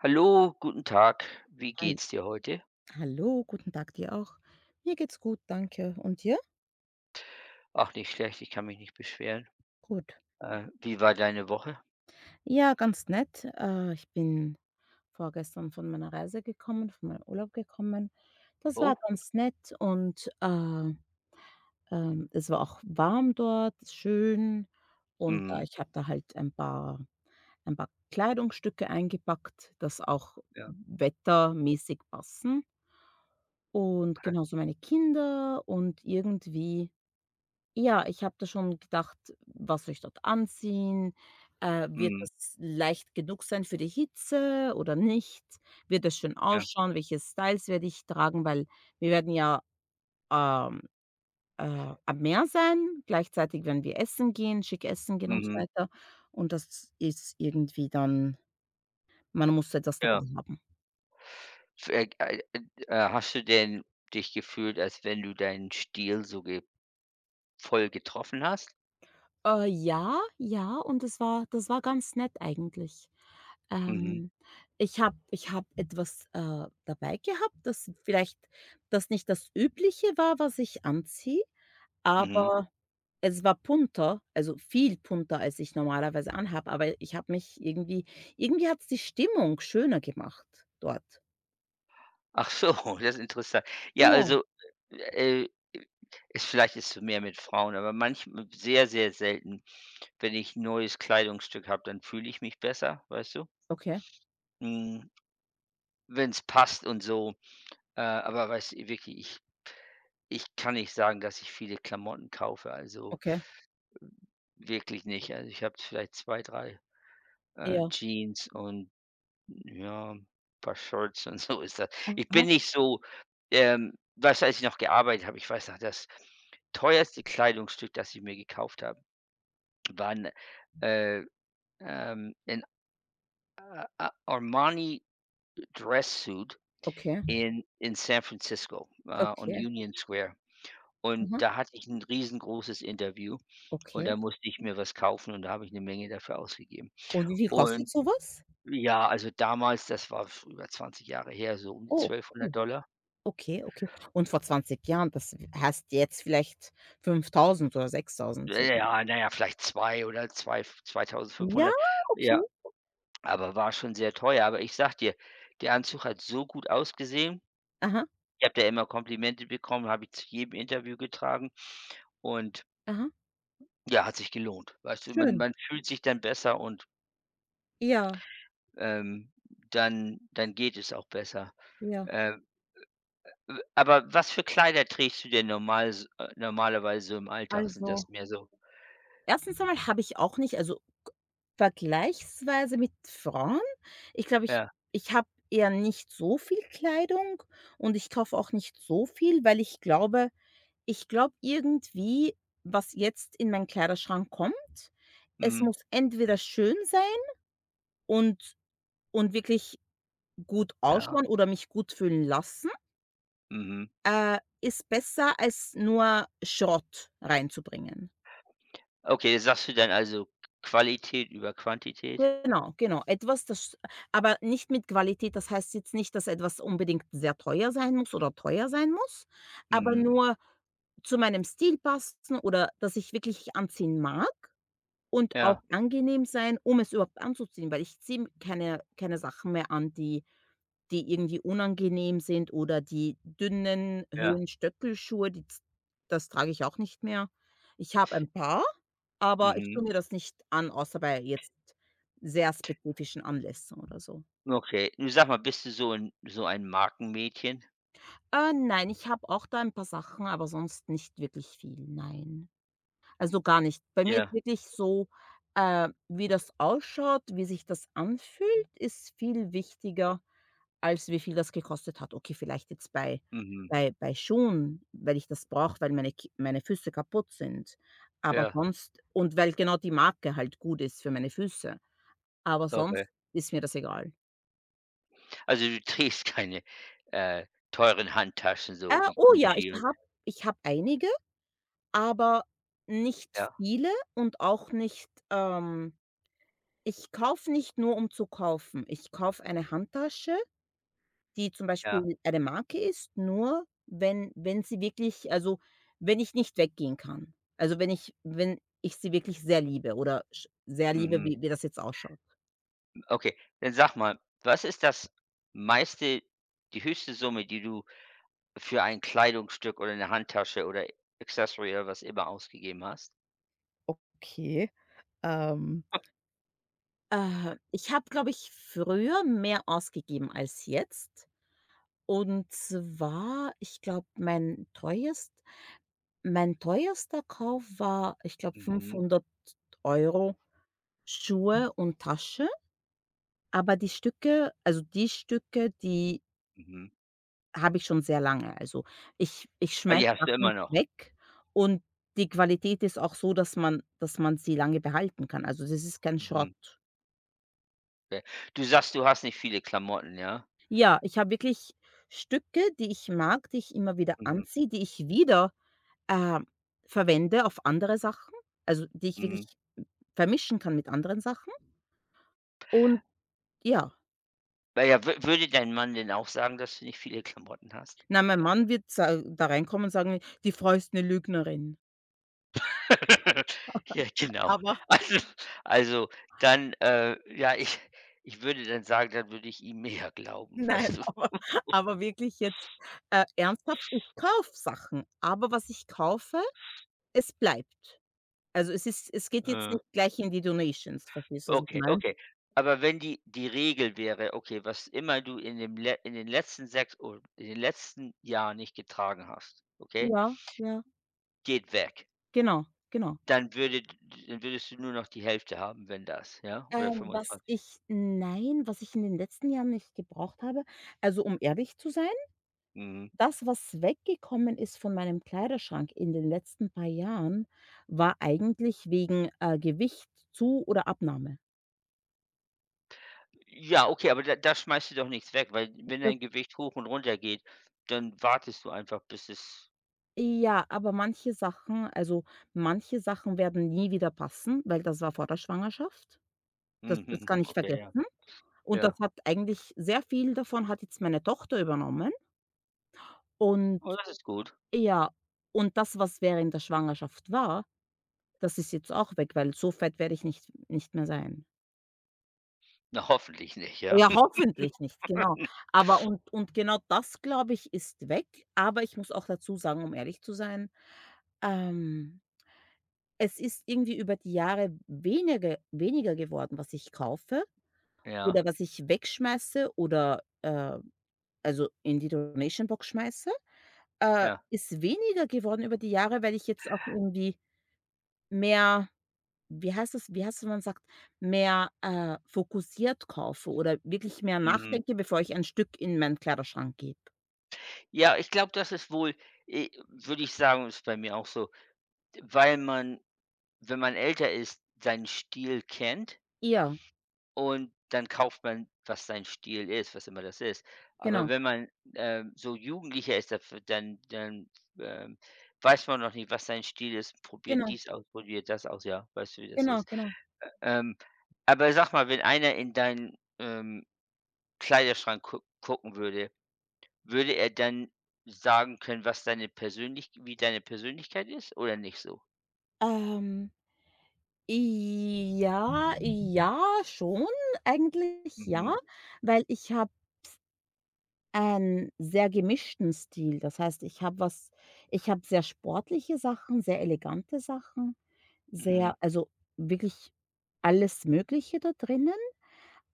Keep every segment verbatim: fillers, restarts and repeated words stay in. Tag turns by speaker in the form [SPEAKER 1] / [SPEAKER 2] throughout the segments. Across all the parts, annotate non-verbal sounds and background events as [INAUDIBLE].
[SPEAKER 1] Hallo, guten Tag. Wie
[SPEAKER 2] Hal
[SPEAKER 1] geht's dir heute?
[SPEAKER 2] hallo, guten Tag dir auch. Mir geht's gut, danke. Und dir?
[SPEAKER 1] Ach, nicht schlecht, ich kann mich nicht beschweren.
[SPEAKER 2] Gut.
[SPEAKER 1] Äh, wie war deine Woche?
[SPEAKER 2] Ja, ganz nett. Äh, ich bin vorgestern von meiner Reise gekommen, von meinem Urlaub gekommen. Das war
[SPEAKER 1] Oh, gut.
[SPEAKER 2] ganz nett und, äh, ähm, es war auch warm dort, schön und, äh,
[SPEAKER 1] Mhm.
[SPEAKER 2] ich habe da halt ein paar ein paar Kleidungsstücke eingepackt, das auch
[SPEAKER 1] Ja,
[SPEAKER 2] wettermäßig passen und
[SPEAKER 1] okay.
[SPEAKER 2] genauso meine Kinder und irgendwie. Ja, ich habe da schon gedacht: „Was soll ich dort anziehen? Äh, wird
[SPEAKER 1] Mhm.
[SPEAKER 2] das leicht genug sein für die Hitze oder nicht? Wird das schön
[SPEAKER 1] Ja.
[SPEAKER 2] ausschauen? Welche Styles werde ich tragen?“ Weil wir werden ja, ähm, äh, am Meer sein. Gleichzeitig werden wir essen gehen, schick essen gehen und so
[SPEAKER 1] Mhm.
[SPEAKER 2] weiter. Und das ist irgendwie dann, man muss etwas dabei
[SPEAKER 1] Ja.
[SPEAKER 2] haben.
[SPEAKER 1] F- Äh, äh, äh, äh, hast du denn dich gefühlt, als wenn du deinen Stil so ge voll getroffen hast?
[SPEAKER 2] Äh, ja, ja, und das war das war ganz nett eigentlich.
[SPEAKER 1] Mhm.
[SPEAKER 2] Ähm, ich habe ich habe etwas, äh, dabei gehabt, das vielleicht das nicht das Übliche war, was ich anziehe,
[SPEAKER 1] Mhm.
[SPEAKER 2] aber es war punter, also viel punter, als ich normalerweise anhabe, aber ich habe mich irgendwie irgendwie hat es die Stimmung schöner gemacht dort.
[SPEAKER 1] Ach so, [LAUGHS] das ist interessant. Ja,
[SPEAKER 2] Ja.
[SPEAKER 1] also, äh, ist vielleicht ist es mehr mit Frauen, aber manchmal sehr, sehr selten, wenn ich 'n neues Kleidungsstück habe, dann fühle ich mich besser, weißt du?
[SPEAKER 2] Okay,
[SPEAKER 1] Mhm. Wenn es passt und so. Äh, aber weißt du, wirklich, ich ich kann nicht sagen, dass ich viele Klamotten kaufe, also
[SPEAKER 2] okay,
[SPEAKER 1] wirklich nicht. Also, ich habe vielleicht zwei drei äh,
[SPEAKER 2] ja.
[SPEAKER 1] Jeans und, ja, ein paar Shirts und [LAUGHS] so ist das. Ich bin
[SPEAKER 2] Aha.
[SPEAKER 1] nicht so, ähm weißt du, als ich noch gearbeitet habe, ich weiß noch, das teuerste Kleidungsstück, das ich mir gekauft habe, waren, äh, ähm, 'n A A Armani Dress Suit
[SPEAKER 2] Okay,
[SPEAKER 1] in in San Francisco, äh, on
[SPEAKER 2] okay.
[SPEAKER 1] Union Square. Und
[SPEAKER 2] Aha.
[SPEAKER 1] da hatte ich 'n riesengroßes Interview und da
[SPEAKER 2] Okay.
[SPEAKER 1] musste ich mir was kaufen und da habe ich 'ne Menge dafür ausgegeben.
[SPEAKER 2] Und wie viel kostet
[SPEAKER 1] Und
[SPEAKER 2] sowas?
[SPEAKER 1] ja, also damals, das war f über zwanzig Jahre her, so um die
[SPEAKER 2] Oh,
[SPEAKER 1] 1.200
[SPEAKER 2] cool.
[SPEAKER 1] Dollar.
[SPEAKER 2] Okay, okay. Und vor zwanzig Jahren, das w heißt jetzt vielleicht fünftausend oder sechstausend
[SPEAKER 1] Äh,
[SPEAKER 2] sogar.
[SPEAKER 1] ja, na ja, vielleicht zwei oder zwei f
[SPEAKER 2] Ja,
[SPEAKER 1] zweitausendfünfhundert. Ja,
[SPEAKER 2] okay.
[SPEAKER 1] aber war schon sehr teuer. Aber ich sage dir, der Anzug hat so gut ausgesehen.
[SPEAKER 2] Aha,
[SPEAKER 1] Ich habe da immer Komplimente bekommen, habe ich zu jedem Interview getragen und
[SPEAKER 2] aha.
[SPEAKER 1] ja, hat sich gelohnt. Weißt du, man
[SPEAKER 2] Schön.
[SPEAKER 1] man fühlt sich dann besser und
[SPEAKER 2] Ja,
[SPEAKER 1] ähm, dann dann geht es auch besser.
[SPEAKER 2] ja.
[SPEAKER 1] Äh, w Aber was für Kleider trägst du denn normal s äh, normalerweise so im Alltag? Sind das
[SPEAKER 2] Also,
[SPEAKER 1] mehr so
[SPEAKER 2] erstens einmal habe ich auch nicht, also, vergleichsweise mit Frauen, ich glaube, ich
[SPEAKER 1] ja,
[SPEAKER 2] ich habe eher nicht so viel Kleidung und ich kaufe auch nicht so viel, weil ich glaube, ich glaube irgendwie, was jetzt in meinen Kleiderschrank kommt, es
[SPEAKER 1] mhm,
[SPEAKER 2] muss entweder schön sein und und wirklich gut
[SPEAKER 1] ja,
[SPEAKER 2] ausschauen oder mich gut fühlen lassen,
[SPEAKER 1] mhm.
[SPEAKER 2] äh, ist besser, als nur Schrott reinzubringen.
[SPEAKER 1] Okay, das sagst du dann also Qualität über Quantität?
[SPEAKER 2] Genau, genau. Etwas, das aber nicht mit Qualität. Das heißt jetzt nicht, dass etwas unbedingt sehr teuer sein muss oder teuer sein muss, aber
[SPEAKER 1] Mhm.
[SPEAKER 2] nur zu meinem Stil passen oder dass ich wirklich anziehen mag und auch
[SPEAKER 1] Ja,
[SPEAKER 2] angenehm sein, um es überhaupt anzuziehen, weil ich ziehe keine keine Sachen mehr an, die die irgendwie unangenehm sind oder die dünnen
[SPEAKER 1] ja,
[SPEAKER 2] Höhenstöckelschuhe, die z, das trage ich auch nicht mehr. Ich habe ein paar, aber ich
[SPEAKER 1] mhm.
[SPEAKER 2] tue mir das nicht an, außer bei jetzt sehr spezifischen Anlässen oder so.
[SPEAKER 1] Okay. Nun sag mal, bist du so ein so ein Markenmädchen?
[SPEAKER 2] Äh, nein, ich habe auch da ein paar Sachen, aber sonst nicht wirklich viel, nein. Also, gar nicht. Bei mir ist
[SPEAKER 1] Ja,
[SPEAKER 2] wirklich so, äh, wie das ausschaut, wie sich das anfühlt, ist viel wichtiger, als wie viel das gekostet hat. Okay, vielleicht jetzt bei
[SPEAKER 1] mhm.
[SPEAKER 2] bei bei Schuhen, weil ich das brauche, weil meine K meine Füße kaputt sind, aber
[SPEAKER 1] Ja,
[SPEAKER 2] sonst und weil genau die Marke halt gut ist für meine Füße, aber sonst
[SPEAKER 1] okay.
[SPEAKER 2] ist mir das egal.
[SPEAKER 1] Also, du [LAUGHS] trägst keine, äh, teuren Handtaschen
[SPEAKER 2] Äh,
[SPEAKER 1] so wie
[SPEAKER 2] oh ja, ich
[SPEAKER 1] Gucci und
[SPEAKER 2] habe, ich habe einige, aber nicht
[SPEAKER 1] ja,
[SPEAKER 2] viele und auch nicht, ähm ich kaufe nicht nur, um zu kaufen. Ich kaufe eine Handtasche, die zum
[SPEAKER 1] ja,
[SPEAKER 2] Beispiel eine Marke ist, nur wenn, wenn sie wirklich, also, wenn ich nicht weggehen kann. Also, wenn ich, wenn ich sie wirklich sehr liebe oder sch sehr liebe,
[SPEAKER 1] mhm.
[SPEAKER 2] wie wie das jetzt ausschaut.
[SPEAKER 1] Okay, dann sag mal, was ist das meiste die höchste Summe, die du für ein Kleidungsstück oder eine Handtasche oder Accessory oder was immer ausgegeben hast?
[SPEAKER 2] Okay, ähm Äh, ich habe, glaube ich, früher mehr ausgegeben als jetzt. Und zwar, ich glaube, mein teuerst mein teuerster Kauf war, ich glaube,
[SPEAKER 1] Mhm,
[SPEAKER 2] fünfhundert Euro, Schuhe und Tasche, aber die Stücke, also die Stücke, die
[SPEAKER 1] mhm.
[SPEAKER 2] habe ich schon sehr lange. Also, ich ich
[SPEAKER 1] Ah,
[SPEAKER 2] schmeiße
[SPEAKER 1] die hast du immer
[SPEAKER 2] Sachen
[SPEAKER 1] noch.
[SPEAKER 2] weg und die Qualität ist auch so, dass man dass man sie lange behalten kann. Also, das ist kein
[SPEAKER 1] Mhm,
[SPEAKER 2] Schrott.
[SPEAKER 1] okay. Du sagst, du hast nicht viele Klamotten, ja?
[SPEAKER 2] Ja, ich habe wirklich Stücke, die ich mag, die ich immer wieder
[SPEAKER 1] Mhm,
[SPEAKER 2] anziehe, die ich wieder, äh, verwende auf andere Sachen, also, die ich wirklich
[SPEAKER 1] mhm.
[SPEAKER 2] vermischen kann mit anderen Sachen und ja.
[SPEAKER 1] Na ja, wü würde dein Mann denn auch sagen, dass du nicht viele Klamotten hast?
[SPEAKER 2] Na, mein Mann wird sa da reinkommen und sagen: „Die Frau ist eine Lügnerin.“
[SPEAKER 1] [LAUGHS] Ja, genau.
[SPEAKER 2] Aber
[SPEAKER 1] Also also, dann, äh ja, ich ich würde dann sagen, dann würde ich ihm mehr
[SPEAKER 2] [LAUGHS]
[SPEAKER 1] glauben,
[SPEAKER 2] nein,
[SPEAKER 1] weißt du?
[SPEAKER 2] aber aber wirklich jetzt, äh, ernsthaft, ich kaufe Sachen, aber was ich kaufe, es bleibt. Also, es ist, es geht jetzt
[SPEAKER 1] Äh.
[SPEAKER 2] nicht gleich in die Donations, verstehst du, was ich
[SPEAKER 1] Okay,
[SPEAKER 2] meine?
[SPEAKER 1] okay. Aber wenn die die Regel wäre, okay, was immer du in dem le in den letzten sechs oder in den letzten Jahren nicht getragen hast, okay,
[SPEAKER 2] Ja, ja,
[SPEAKER 1] geht weg.
[SPEAKER 2] genau, genau.
[SPEAKER 1] Dann würde Dann würdest du nur noch die Hälfte haben, wenn das, ja? Oder
[SPEAKER 2] Ähm, was
[SPEAKER 1] fünfundzwanzig.
[SPEAKER 2] ich, nein, was ich in den letzten Jahren nicht gebraucht habe, also, um ehrlich zu sein,
[SPEAKER 1] Mhm.
[SPEAKER 2] das, was weggekommen ist von meinem Kleiderschrank in den letzten paar Jahren, war eigentlich wegen, äh, Gewicht, Zu oder Abnahme.
[SPEAKER 1] Ja, okay, aber da da schmeißt du doch nichts weg, weil wenn dein Gewicht hoch und runter geht, dann wartest du einfach, bis es
[SPEAKER 2] Ja, aber manche Sachen, also, manche Sachen werden nie wieder passen, weil das war vor der Schwangerschaft.
[SPEAKER 1] [LAUGHS]
[SPEAKER 2] Das das
[SPEAKER 1] mhm,
[SPEAKER 2] kann ich
[SPEAKER 1] okay, ja,
[SPEAKER 2] vergessen. Und das
[SPEAKER 1] ja.
[SPEAKER 2] hat eigentlich sehr viel, davon hat jetzt meine Tochter übernommen. Und
[SPEAKER 1] Oh, das ist gut.
[SPEAKER 2] ja, und das, was während der Schwangerschaft war, das ist jetzt auch weg, weil so fett werde ich nicht nicht mehr sein.
[SPEAKER 1] Na, hoffentlich nicht, ja?
[SPEAKER 2] Ja,
[SPEAKER 1] [LAUGHS]
[SPEAKER 2] hoffentlich nicht, genau. Aber und und genau das, glaube ich, ist weg. Aber ich muss auch dazu sagen, um ehrlich zu sein, ähm es ist irgendwie über die Jahre weniger weniger geworden, was ich kaufe
[SPEAKER 1] Ja,
[SPEAKER 2] oder was ich wegschmeiße oder, äh, also in die Donation Box schmeiße. Äh,
[SPEAKER 1] ja.
[SPEAKER 2] ist weniger geworden über die Jahre, weil ich jetzt auch irgendwie mehr, wie heißt das wie heißt es, wenn man sagt, mehr, äh, fokussiert kaufe oder wirklich mehr
[SPEAKER 1] Mhm.
[SPEAKER 2] nachdenke, bevor ich ein Stück in meinen Kleiderschrank gebe.
[SPEAKER 1] Ja, ich glaube, das ist wohl äh, würde ich sagen, ist bei mir auch so, weil man, wenn man älter ist, seinen Stil kennt
[SPEAKER 2] Ja,
[SPEAKER 1] und dann kauft man, was sein Stil ist, was immer das ist. Aber
[SPEAKER 2] genau,
[SPEAKER 1] wenn man, ähm, so Jugendlicher ist, da dann dann, ähm, weiß man noch nicht, was sein Stil ist, probiert
[SPEAKER 2] genau,
[SPEAKER 1] dies aus, probiert das aus, ja, weißt du, wie das
[SPEAKER 2] genau,
[SPEAKER 1] ist.
[SPEAKER 2] genau.
[SPEAKER 1] Ähm, aber sag mal, wenn einer in deinen, ähm, Kleiderschrank guck gucken würde würde er dann sagen können, was deine Persönlich wie deine Persönlichkeit ist oder nicht so?
[SPEAKER 2] Ähm. Ja, ja, schon, eigentlich
[SPEAKER 1] Mhm.
[SPEAKER 2] ja, weil ich habe einen sehr gemischten Stil. Das heißt, ich habe was, ich habe sehr sportliche Sachen, sehr elegante Sachen,
[SPEAKER 1] Mhm,
[SPEAKER 2] sehr, also, wirklich alles Mögliche da drinnen,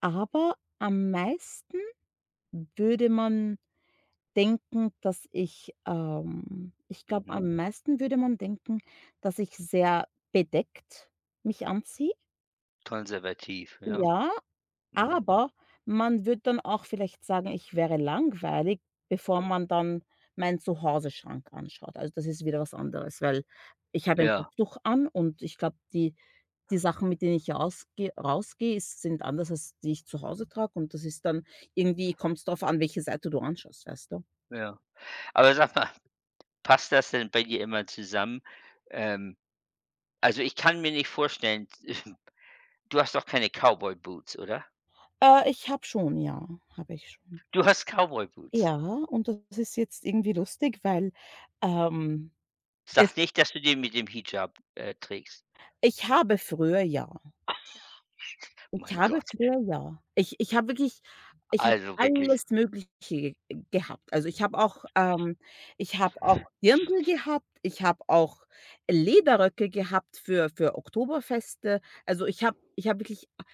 [SPEAKER 2] aber am meisten würde man denken, dass ich, ähm ich glaube,
[SPEAKER 1] mhm.
[SPEAKER 2] am meisten würde man denken, dass ich sehr bedeckt mich anziehe.
[SPEAKER 1] Konservativ, ja.
[SPEAKER 2] Ja.
[SPEAKER 1] Mhm.
[SPEAKER 2] Aber man würde dann auch vielleicht sagen, ich wäre langweilig, bevor man dann meinen Zuhause-Schrank anschaut. Also, das ist wieder was anderes, weil ich habe ein
[SPEAKER 1] Ja,
[SPEAKER 2] Kopftuch an und ich glaube, die die Sachen, mit denen ich rausge rausgehe, ist, sind anders, als die ich zu Hause trage und das ist dann irgendwie, kommt es darauf an, welche Seite du anschaust, weißt du?
[SPEAKER 1] ja. Aber sag mal, passt das denn bei dir immer zusammen? Ähm, also, ich kann mir nicht vorstellen [LAUGHS] du hast doch keine Cowboy Boots, oder?
[SPEAKER 2] Äh, ich habe schon, ja, habe ich schon.
[SPEAKER 1] Du hast Cowboy Boots.
[SPEAKER 2] Ja, und das ist jetzt irgendwie lustig, weil, ähm, es
[SPEAKER 1] Sag nicht, dass du die mit dem Hijab, äh, trägst.
[SPEAKER 2] ich habe früher ja ich
[SPEAKER 1] Mein
[SPEAKER 2] habe
[SPEAKER 1] Gott.
[SPEAKER 2] früher ja. Ich ich habe wirklich, ich habe
[SPEAKER 1] Also wirklich.
[SPEAKER 2] alles Mögliche ge gehabt. Also, ich habe auch ähm, ich habe auch Dirndl gehabt, ich habe auch Lederröcke gehabt für für Oktoberfeste. Also, ich habe ich habe wirklich, a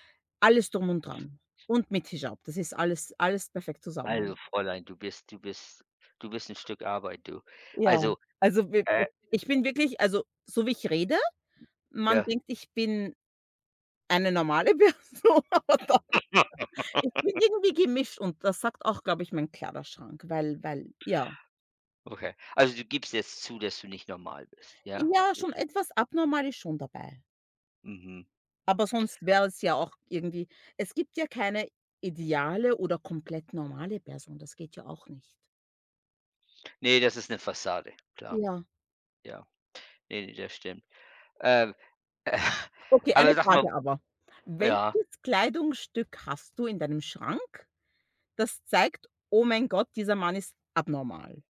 [SPEAKER 2] alles drum und dran und mit Hijab. Das ist alles alles perfekt
[SPEAKER 1] Also
[SPEAKER 2] zusammen.
[SPEAKER 1] Fräulein, du bist du bist du bist ein Stück Arbeit, du.
[SPEAKER 2] Ja,
[SPEAKER 1] Also,
[SPEAKER 2] also, wir
[SPEAKER 1] äh,
[SPEAKER 2] ich bin wirklich, also, so wie ich rede, man
[SPEAKER 1] ja.
[SPEAKER 2] denkt, ich bin eine normale [LAUGHS] Person, aber da.
[SPEAKER 1] Ja,
[SPEAKER 2] Ich bin irgendwie gemischt und das sagt auch, glaube ich, mein Kleiderschrank, weil, weil ja.
[SPEAKER 1] okay. Also, du gibst jetzt zu, dass du nicht normal bist, ja?
[SPEAKER 2] Ja,
[SPEAKER 1] Ist
[SPEAKER 2] schon
[SPEAKER 1] ja
[SPEAKER 2] etwas abnormal ist schon dabei.
[SPEAKER 1] mhm.
[SPEAKER 2] Aber sonst wäre es ja auch irgendwie, es gibt ja keine ideale oder komplett normale Person, das geht ja auch nicht.
[SPEAKER 1] Ne, das ist eine Fassade, klar,
[SPEAKER 2] Ja.
[SPEAKER 1] ja. Nee, ne, das stimmt. Ähm, äh, [LAUGHS]
[SPEAKER 2] Okay,
[SPEAKER 1] aber
[SPEAKER 2] eine
[SPEAKER 1] sag mal
[SPEAKER 2] Frage aber.
[SPEAKER 1] ja,
[SPEAKER 2] Welches Kleidungsstück hast du in deinem Schrank, das zeigt: „Oh mein Gott, dieser Mann ist abnormal?“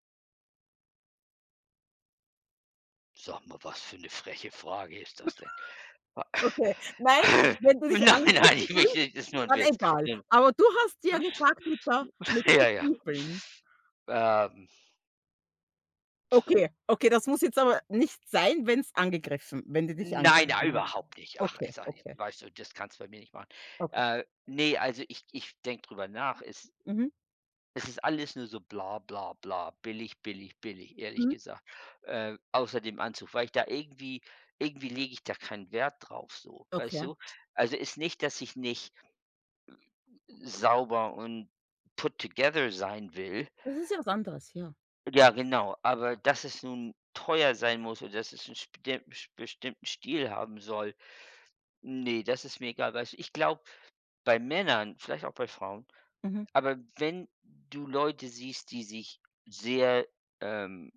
[SPEAKER 1] sag mal, was für eine freche Frage ist das denn?
[SPEAKER 2] Okay. Nein,
[SPEAKER 1] [LAUGHS]
[SPEAKER 2] wenn du dich
[SPEAKER 1] Nein, nein, ich
[SPEAKER 2] angegriffen fühlst,
[SPEAKER 1] möchte das ist nur ein
[SPEAKER 2] dann
[SPEAKER 1] Witz.
[SPEAKER 2] egal. Aber du hast ja
[SPEAKER 1] [LAUGHS]
[SPEAKER 2] gefragt mit der, mit
[SPEAKER 1] Ja,
[SPEAKER 2] den
[SPEAKER 1] ja.
[SPEAKER 2] Stiefeln.
[SPEAKER 1] Ähm,
[SPEAKER 2] Okay, okay, das muss jetzt aber nicht sein, wenn's angegriffen, wenn die dich
[SPEAKER 1] nein, nein,
[SPEAKER 2] angegriffen hat.
[SPEAKER 1] überhaupt nicht. Ach, ich
[SPEAKER 2] Okay,
[SPEAKER 1] sage
[SPEAKER 2] okay,
[SPEAKER 1] weißt du, das kannst du bei mir nicht machen.
[SPEAKER 2] okay.
[SPEAKER 1] Äh, ne, also, ich ich denke drüber nach. Es
[SPEAKER 2] Mhm,
[SPEAKER 1] Es ist alles nur so bla bla bla, billig, billig, billig, ehrlich
[SPEAKER 2] mhm,
[SPEAKER 1] gesagt. Äh, außer dem Anzug, weil ich da irgendwie irgendwie lege ich da keinen Wert drauf so, weißt
[SPEAKER 2] okay.
[SPEAKER 1] du? Also, ist nicht, dass ich nicht sauber und put together sein will.
[SPEAKER 2] Das ist ja was anderes, ja.
[SPEAKER 1] Ja, genau, aber dass es nun teuer sein muss und dass es einen spede bestimmten Stil haben soll, nee, das ist mir egal. Weißt du, ich glaube, bei Männern, vielleicht auch bei Frauen
[SPEAKER 2] Mhm,
[SPEAKER 1] aber wenn du Leute siehst, die sich sehr, ähm,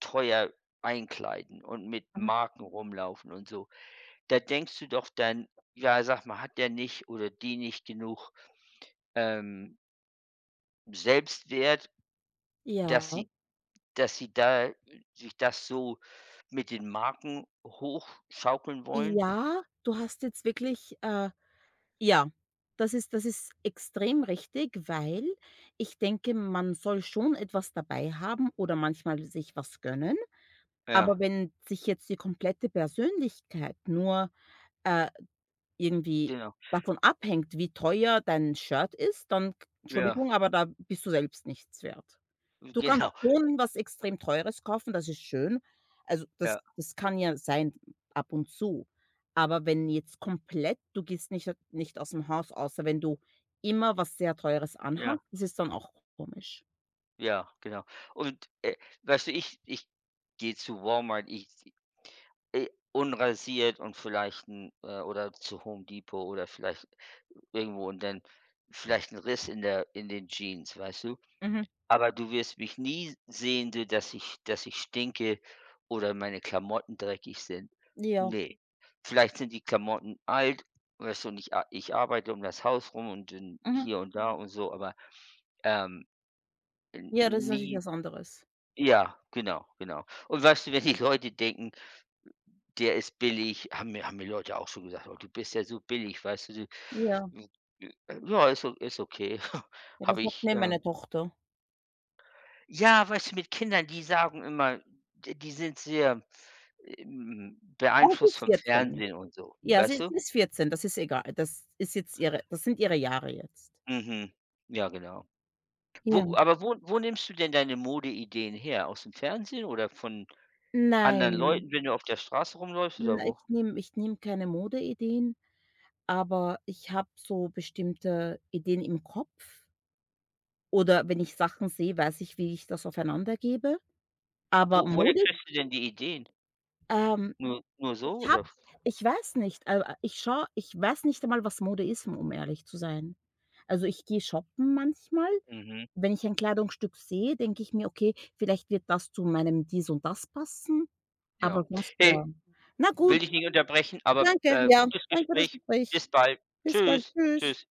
[SPEAKER 1] teuer einkleiden und mit
[SPEAKER 2] mhm.
[SPEAKER 1] Marken rumlaufen und so, da denkst du doch dann: „Ja, sag mal, hat der nicht oder die nicht genug, ähm, Selbstwert, dass
[SPEAKER 2] Ja,
[SPEAKER 1] sie dass sie da äh, sich das so mit den Marken hochschaukeln wollen?“
[SPEAKER 2] ja, du hast jetzt wirklich, äh, ja, das ist, das ist extrem richtig, weil ich denke, man soll schon etwas dabei haben oder manchmal sich was gönnen. Aber
[SPEAKER 1] Ja,
[SPEAKER 2] wenn sich jetzt die komplette Persönlichkeit nur, äh, irgendwie
[SPEAKER 1] genau.
[SPEAKER 2] davon abhängt, wie teuer dein Shirt ist, dann k
[SPEAKER 1] Ja,
[SPEAKER 2] Entschuldigung, aber da bist du selbst nichts wert. Du kannst
[SPEAKER 1] genau.
[SPEAKER 2] schon was extrem Teures kaufen, das ist schön. Also, das
[SPEAKER 1] Ja,
[SPEAKER 2] das kann ja sein ab und zu. Aber wenn jetzt komplett, du gehst nicht, nicht aus dem Haus, außer wenn du immer was sehr Teures anhast,
[SPEAKER 1] ja,
[SPEAKER 2] das ist dann auch komisch.
[SPEAKER 1] ja, genau. Und, äh, weißt du, ich ich gehe zu Walmart, ich Äh, unrasiert und vielleicht ein äh, oder zu Home Depot oder vielleicht irgendwo und dann vielleicht ein Riss in der in den Jeans, weißt du?
[SPEAKER 2] Mhm.
[SPEAKER 1] Aber du wirst mich nie sehen, so dass ich dass ich stinke oder meine Klamotten dreckig sind.
[SPEAKER 2] Ja.
[SPEAKER 1] Ne. Vielleicht sind die Klamotten alt, weißt du, und ich a ich arbeite um das Haus rum und dann
[SPEAKER 2] Mhm.
[SPEAKER 1] hier und da und so, aber, ähm, n
[SPEAKER 2] Ja, das ist natürlich
[SPEAKER 1] nie
[SPEAKER 2] was anderes.
[SPEAKER 1] ja, genau, genau. Und weißt du, wenn die Leute denken der ist billig, haben mir haben mir Leute auch schon gesagt: „Oh, du bist ja so billig, weißt du,
[SPEAKER 2] Ja.
[SPEAKER 1] du ja, ist o ist okay.“ [LAUGHS]
[SPEAKER 2] Ja, das
[SPEAKER 1] Habe
[SPEAKER 2] sagt
[SPEAKER 1] ich,
[SPEAKER 2] mir meine
[SPEAKER 1] ähm
[SPEAKER 2] Tochter.
[SPEAKER 1] ja, weißt du, mit Kindern, die sagen immer, d die sind sehr, ähm,
[SPEAKER 2] Aber sie
[SPEAKER 1] beeinflusst
[SPEAKER 2] ist
[SPEAKER 1] vom
[SPEAKER 2] vierzehn.
[SPEAKER 1] Fernsehen und so,
[SPEAKER 2] Ja,
[SPEAKER 1] weißt
[SPEAKER 2] sie
[SPEAKER 1] du?
[SPEAKER 2] sie ist vierzehn, das ist egal. Das ist jetzt ihre, das sind ihre Jahre jetzt.
[SPEAKER 1] Mhm. Ja, genau. Wo
[SPEAKER 2] Ja.
[SPEAKER 1] aber wo wo nimmst du denn deine Modeideen her? Aus dem Fernsehen oder von anderen
[SPEAKER 2] Nein,
[SPEAKER 1] Leuten, wenn du auf der Straße rumläufst
[SPEAKER 2] n
[SPEAKER 1] oder wo?
[SPEAKER 2] ich nehme, ich nehme keine Modeideen, aber ich habe so bestimmte Ideen im Kopf oder wenn ich Sachen sehe, weiß ich, wie ich das aufeinander gebe.
[SPEAKER 1] Wo
[SPEAKER 2] Aber
[SPEAKER 1] woher
[SPEAKER 2] Mode,
[SPEAKER 1] kriegst du denn die Ideen?
[SPEAKER 2] ähm,
[SPEAKER 1] Nur nur so
[SPEAKER 2] ich
[SPEAKER 1] oder?
[SPEAKER 2] habe ich weiß nicht, äh, ich schaue ich weiß nicht einmal, was Mode ist, um ehrlich zu sein. Also, ich gehe shoppen manchmal.
[SPEAKER 1] Mhm,
[SPEAKER 2] Wenn ich ein Kleidungsstück sehe, denke ich mir: „Okay, vielleicht wird das zu meinem dies und das passen“,
[SPEAKER 1] ja.
[SPEAKER 2] aber sonst ja.
[SPEAKER 1] Hey
[SPEAKER 2] Na
[SPEAKER 1] will
[SPEAKER 2] gut,
[SPEAKER 1] dich nicht unterbrechen, aber,
[SPEAKER 2] danke,
[SPEAKER 1] äh,
[SPEAKER 2] ja.
[SPEAKER 1] gutes
[SPEAKER 2] Danke für das
[SPEAKER 1] Gespräch.
[SPEAKER 2] Gespräch.
[SPEAKER 1] Bis bald.
[SPEAKER 2] Bis bald.
[SPEAKER 1] Tschüss.
[SPEAKER 2] Tschüss.
[SPEAKER 1] Tschüss.